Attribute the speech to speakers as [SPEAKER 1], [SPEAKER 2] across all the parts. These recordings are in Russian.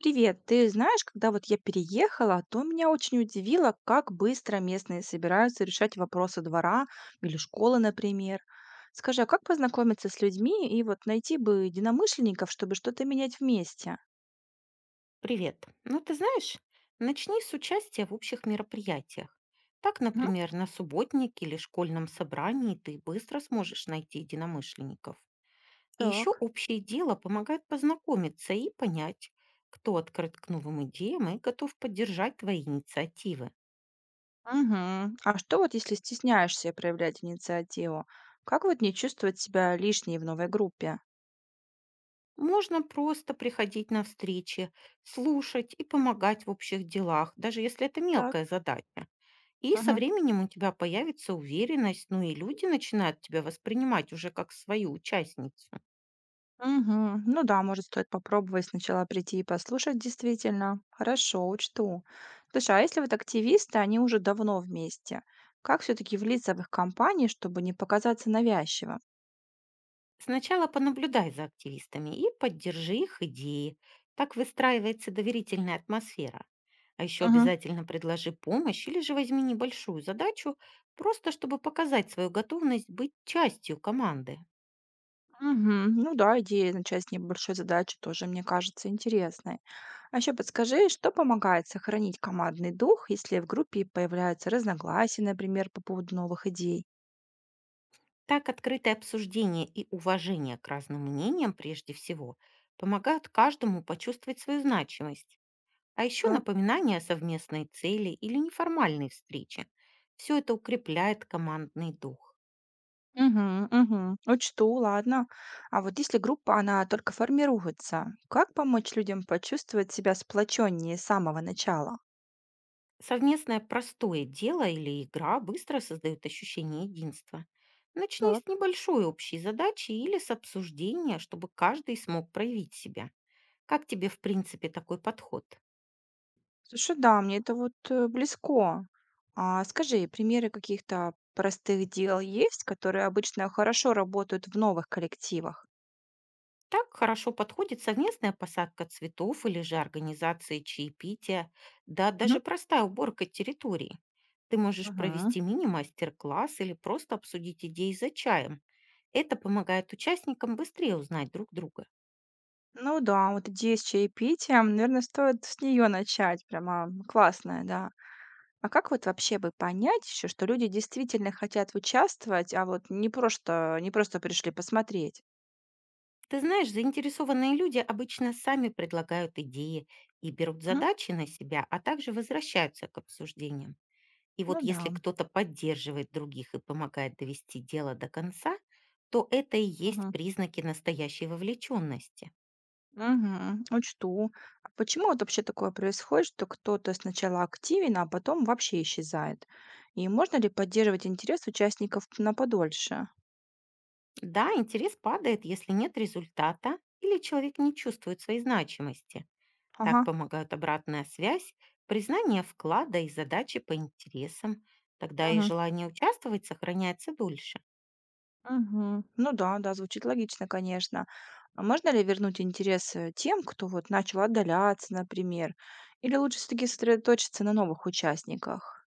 [SPEAKER 1] Привет, ты знаешь, когда вот я переехала, то меня очень удивило, как быстро местные собираются решать вопросы двора или школы, например. Скажи, а как познакомиться с людьми и вот найти бы единомышленников, чтобы что-то менять вместе?
[SPEAKER 2] Привет. Ну, ты знаешь, начни с участия в общих мероприятиях. Так,
[SPEAKER 1] Мгм.
[SPEAKER 2] например, на субботнике или школьном собрании ты быстро сможешь найти единомышленников. И еще
[SPEAKER 1] Так.
[SPEAKER 2] общее дело помогает познакомиться и понять, кто открыт к новым идеям и готов поддержать твои инициативы.
[SPEAKER 1] Мгм. А что вот, если стесняешься проявлять инициативу? Как вот не чувствовать себя лишней в новой группе?
[SPEAKER 2] Можно просто приходить на встречи, слушать и помогать в общих делах, даже если это мелкая задача. И со
[SPEAKER 1] Так.
[SPEAKER 2] временем у тебя появится уверенность, ну и люди начинают тебя воспринимать уже как свою участницу.
[SPEAKER 1] Мгм. Ну да, может, стоит попробовать сначала прийти и послушать действительно. Хорошо, учту. Слушай, а если вот активисты, они уже давно вместе, как все-таки влиться в их компании, чтобы не показаться навязчивым?
[SPEAKER 2] Сначала понаблюдай за активистами и поддержи их идеи. Так выстраивается доверительная атмосфера. А еще
[SPEAKER 1] Мгм.
[SPEAKER 2] обязательно предложи помощь или же возьми небольшую задачу, просто чтобы показать свою готовность быть частью команды.
[SPEAKER 1] Мгм. Ну да, идея начать с небольшой задачи тоже, мне кажется, интересной. А еще подскажи, что помогает сохранить командный дух, если в группе появляются разногласия, например, по поводу новых идей?
[SPEAKER 2] Так открытое обсуждение и уважение к разным мнениям прежде всего помогают каждому почувствовать свою значимость. А еще
[SPEAKER 1] Так.
[SPEAKER 2] напоминания о совместной цели или неформальной встрече. Все это укрепляет командный дух.
[SPEAKER 1] Мгм, мгм. Учту, ладно. А вот если группа, она только формируется, как помочь людям почувствовать себя сплоченнее с самого начала?
[SPEAKER 2] Совместное простое дело или игра быстро создают ощущение единства. Начни
[SPEAKER 1] Так.
[SPEAKER 2] с небольшой общей задачи или с обсуждения, чтобы каждый смог проявить себя. Как тебе, в принципе, такой подход?
[SPEAKER 1] Слушай, да, мне это вот близко. А скажи, примеры каких-то простых дел есть, которые обычно хорошо работают в новых коллективах?
[SPEAKER 2] Так хорошо подходит совместная посадка цветов или же организация чаепития, да
[SPEAKER 1] Мгм.
[SPEAKER 2] даже простая уборка территории. Ты можешь
[SPEAKER 1] Мгм.
[SPEAKER 2] провести мини-мастер-класс или просто обсудить идеи за чаем. Это помогает участникам быстрее узнать друг друга.
[SPEAKER 1] Ну да, вот идея с чаепитием, наверное, стоит с нее начать. Прямо классная, да. А как вот вообще бы понять еще, что люди действительно хотят участвовать, а вот не просто пришли посмотреть?
[SPEAKER 2] Ты знаешь, заинтересованные люди обычно сами предлагают идеи и берут
[SPEAKER 1] Мгм.
[SPEAKER 2] задачи на себя, а также возвращаются к обсуждениям. И
[SPEAKER 1] Ну
[SPEAKER 2] вот
[SPEAKER 1] да.
[SPEAKER 2] если кто-то поддерживает других и помогает довести дело до конца, то это и есть
[SPEAKER 1] Мгм.
[SPEAKER 2] признаки настоящей вовлеченности.
[SPEAKER 1] Мгм. Учту. А почему вот вообще такое происходит, что кто-то сначала активен, а потом вообще исчезает? И можно ли поддерживать интерес участников на подольше?
[SPEAKER 2] Да, интерес падает, если нет результата или человек не чувствует своей значимости. Так
[SPEAKER 1] Ага.
[SPEAKER 2] помогают обратная связь, признание вклада и задачи по интересам. Тогда и
[SPEAKER 1] Мгм.
[SPEAKER 2] желание участвовать сохраняется дольше.
[SPEAKER 1] Мгм. Ну да, да, звучит логично, конечно. А можно ли вернуть интерес тем, кто вот начал отдаляться, например? Или лучше все-таки сосредоточиться на новых участниках?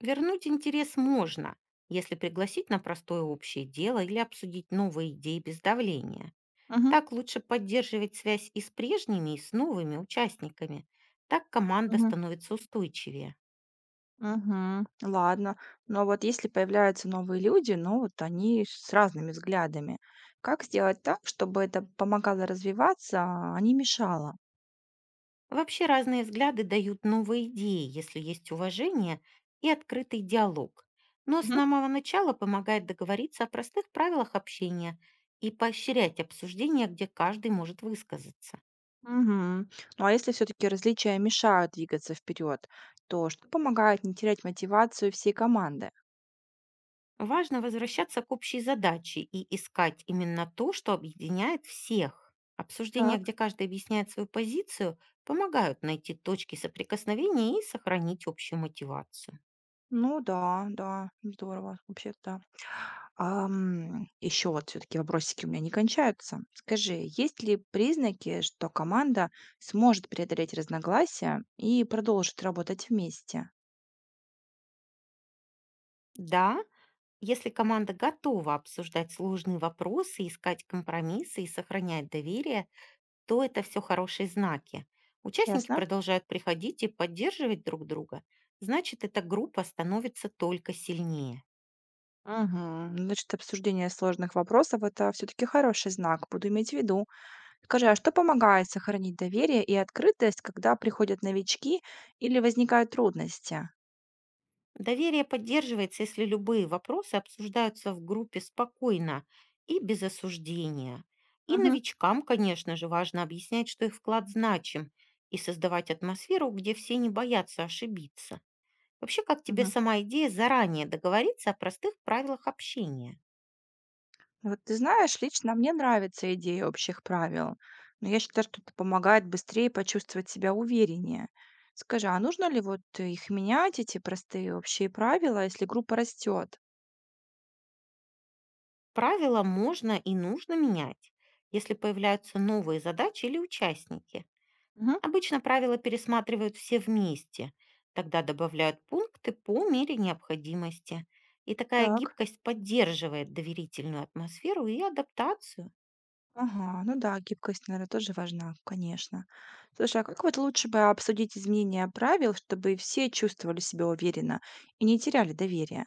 [SPEAKER 2] Вернуть интерес можно, если пригласить на простое общее дело или обсудить новые идеи без давления.
[SPEAKER 1] Мгм.
[SPEAKER 2] Так лучше поддерживать связь и с прежними, и с новыми участниками. Так команда
[SPEAKER 1] Мгм.
[SPEAKER 2] становится устойчивее.
[SPEAKER 1] Мгм. Ладно. Но вот если появляются новые люди, ну вот они с разными взглядами, как сделать так, чтобы это помогало развиваться, а не мешало?
[SPEAKER 2] Вообще разные взгляды дают новые идеи, если есть уважение и открытый диалог. Но с
[SPEAKER 1] Мгм.
[SPEAKER 2] самого начала помогает договориться о простых правилах общения и поощрять обсуждения, где каждый может высказаться.
[SPEAKER 1] Мгм. Ну а если все-таки различия мешают двигаться вперед, то что помогает не терять мотивацию всей команды?
[SPEAKER 2] Важно возвращаться к общей задаче и искать именно то, что объединяет всех. Обсуждения,
[SPEAKER 1] Так,
[SPEAKER 2] где каждый объясняет свою позицию, помогают найти точки соприкосновения и сохранить общую мотивацию.
[SPEAKER 1] ну да, да, здорово, вообще-то да. Еще вот все-таки вопросики у меня не кончаются. Скажи, есть ли признаки, что команда сможет преодолеть разногласия и продолжит работать вместе?
[SPEAKER 2] Да, если команда готова обсуждать сложные вопросы, искать компромиссы и сохранять доверие, то это все хорошие знаки. Участники
[SPEAKER 1] Ясно?
[SPEAKER 2] продолжают приходить и поддерживать друг друга, значит, эта группа становится только сильнее.
[SPEAKER 1] Мгм. Значит, обсуждение сложных вопросов — это все-таки хороший знак, буду иметь в виду. Скажи, а что помогает сохранить доверие и открытость, когда приходят новички или возникают трудности?
[SPEAKER 2] Доверие поддерживается, если любые вопросы обсуждаются в группе спокойно и без осуждения. И
[SPEAKER 1] Мгм,
[SPEAKER 2] новичкам, конечно же, важно объяснять, что их вклад значим, и создавать атмосферу, где все не боятся ошибиться. Вообще, как тебе
[SPEAKER 1] мгм.
[SPEAKER 2] сама идея заранее договориться о простых правилах общения?
[SPEAKER 1] Вот ты знаешь, лично мне нравится идея общих правил, но я считаю, что это помогает быстрее почувствовать себя увереннее. Скажи, а нужно ли вот их менять, эти простые общие правила, если группа растет?
[SPEAKER 2] Правила можно и нужно менять, если появляются новые задачи или участники.
[SPEAKER 1] Мгм.
[SPEAKER 2] Обычно правила пересматривают все вместе, тогда добавляют пункты по мере необходимости. И такая
[SPEAKER 1] Так.
[SPEAKER 2] гибкость поддерживает доверительную атмосферу и адаптацию.
[SPEAKER 1] Ага, ну да, гибкость, наверное, тоже важна, конечно. Слушай, а как вот лучше бы обсудить изменения правил, чтобы все чувствовали себя уверенно и не теряли доверие?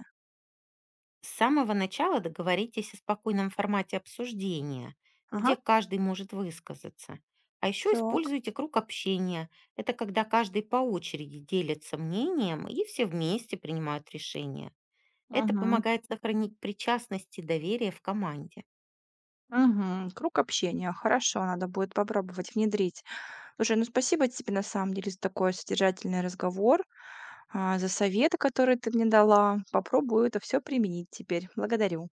[SPEAKER 2] С самого начала договоритесь о спокойном формате обсуждения, где
[SPEAKER 1] Ага.
[SPEAKER 2] каждый может высказаться. А еще
[SPEAKER 1] Так.
[SPEAKER 2] используйте круг общения. Это когда каждый по очереди делится мнением и все вместе принимают решения. Это
[SPEAKER 1] Мгм.
[SPEAKER 2] помогает сохранить причастность и доверие в команде.
[SPEAKER 1] Угу. Круг общения. Хорошо, надо будет попробовать внедрить. Слушай, ну спасибо тебе на самом деле за такой содержательный разговор, за советы, которые ты мне дала. Попробую это все применить теперь. Благодарю.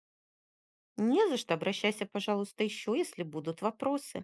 [SPEAKER 2] Не за что, обращайся, пожалуйста, еще, если будут вопросы.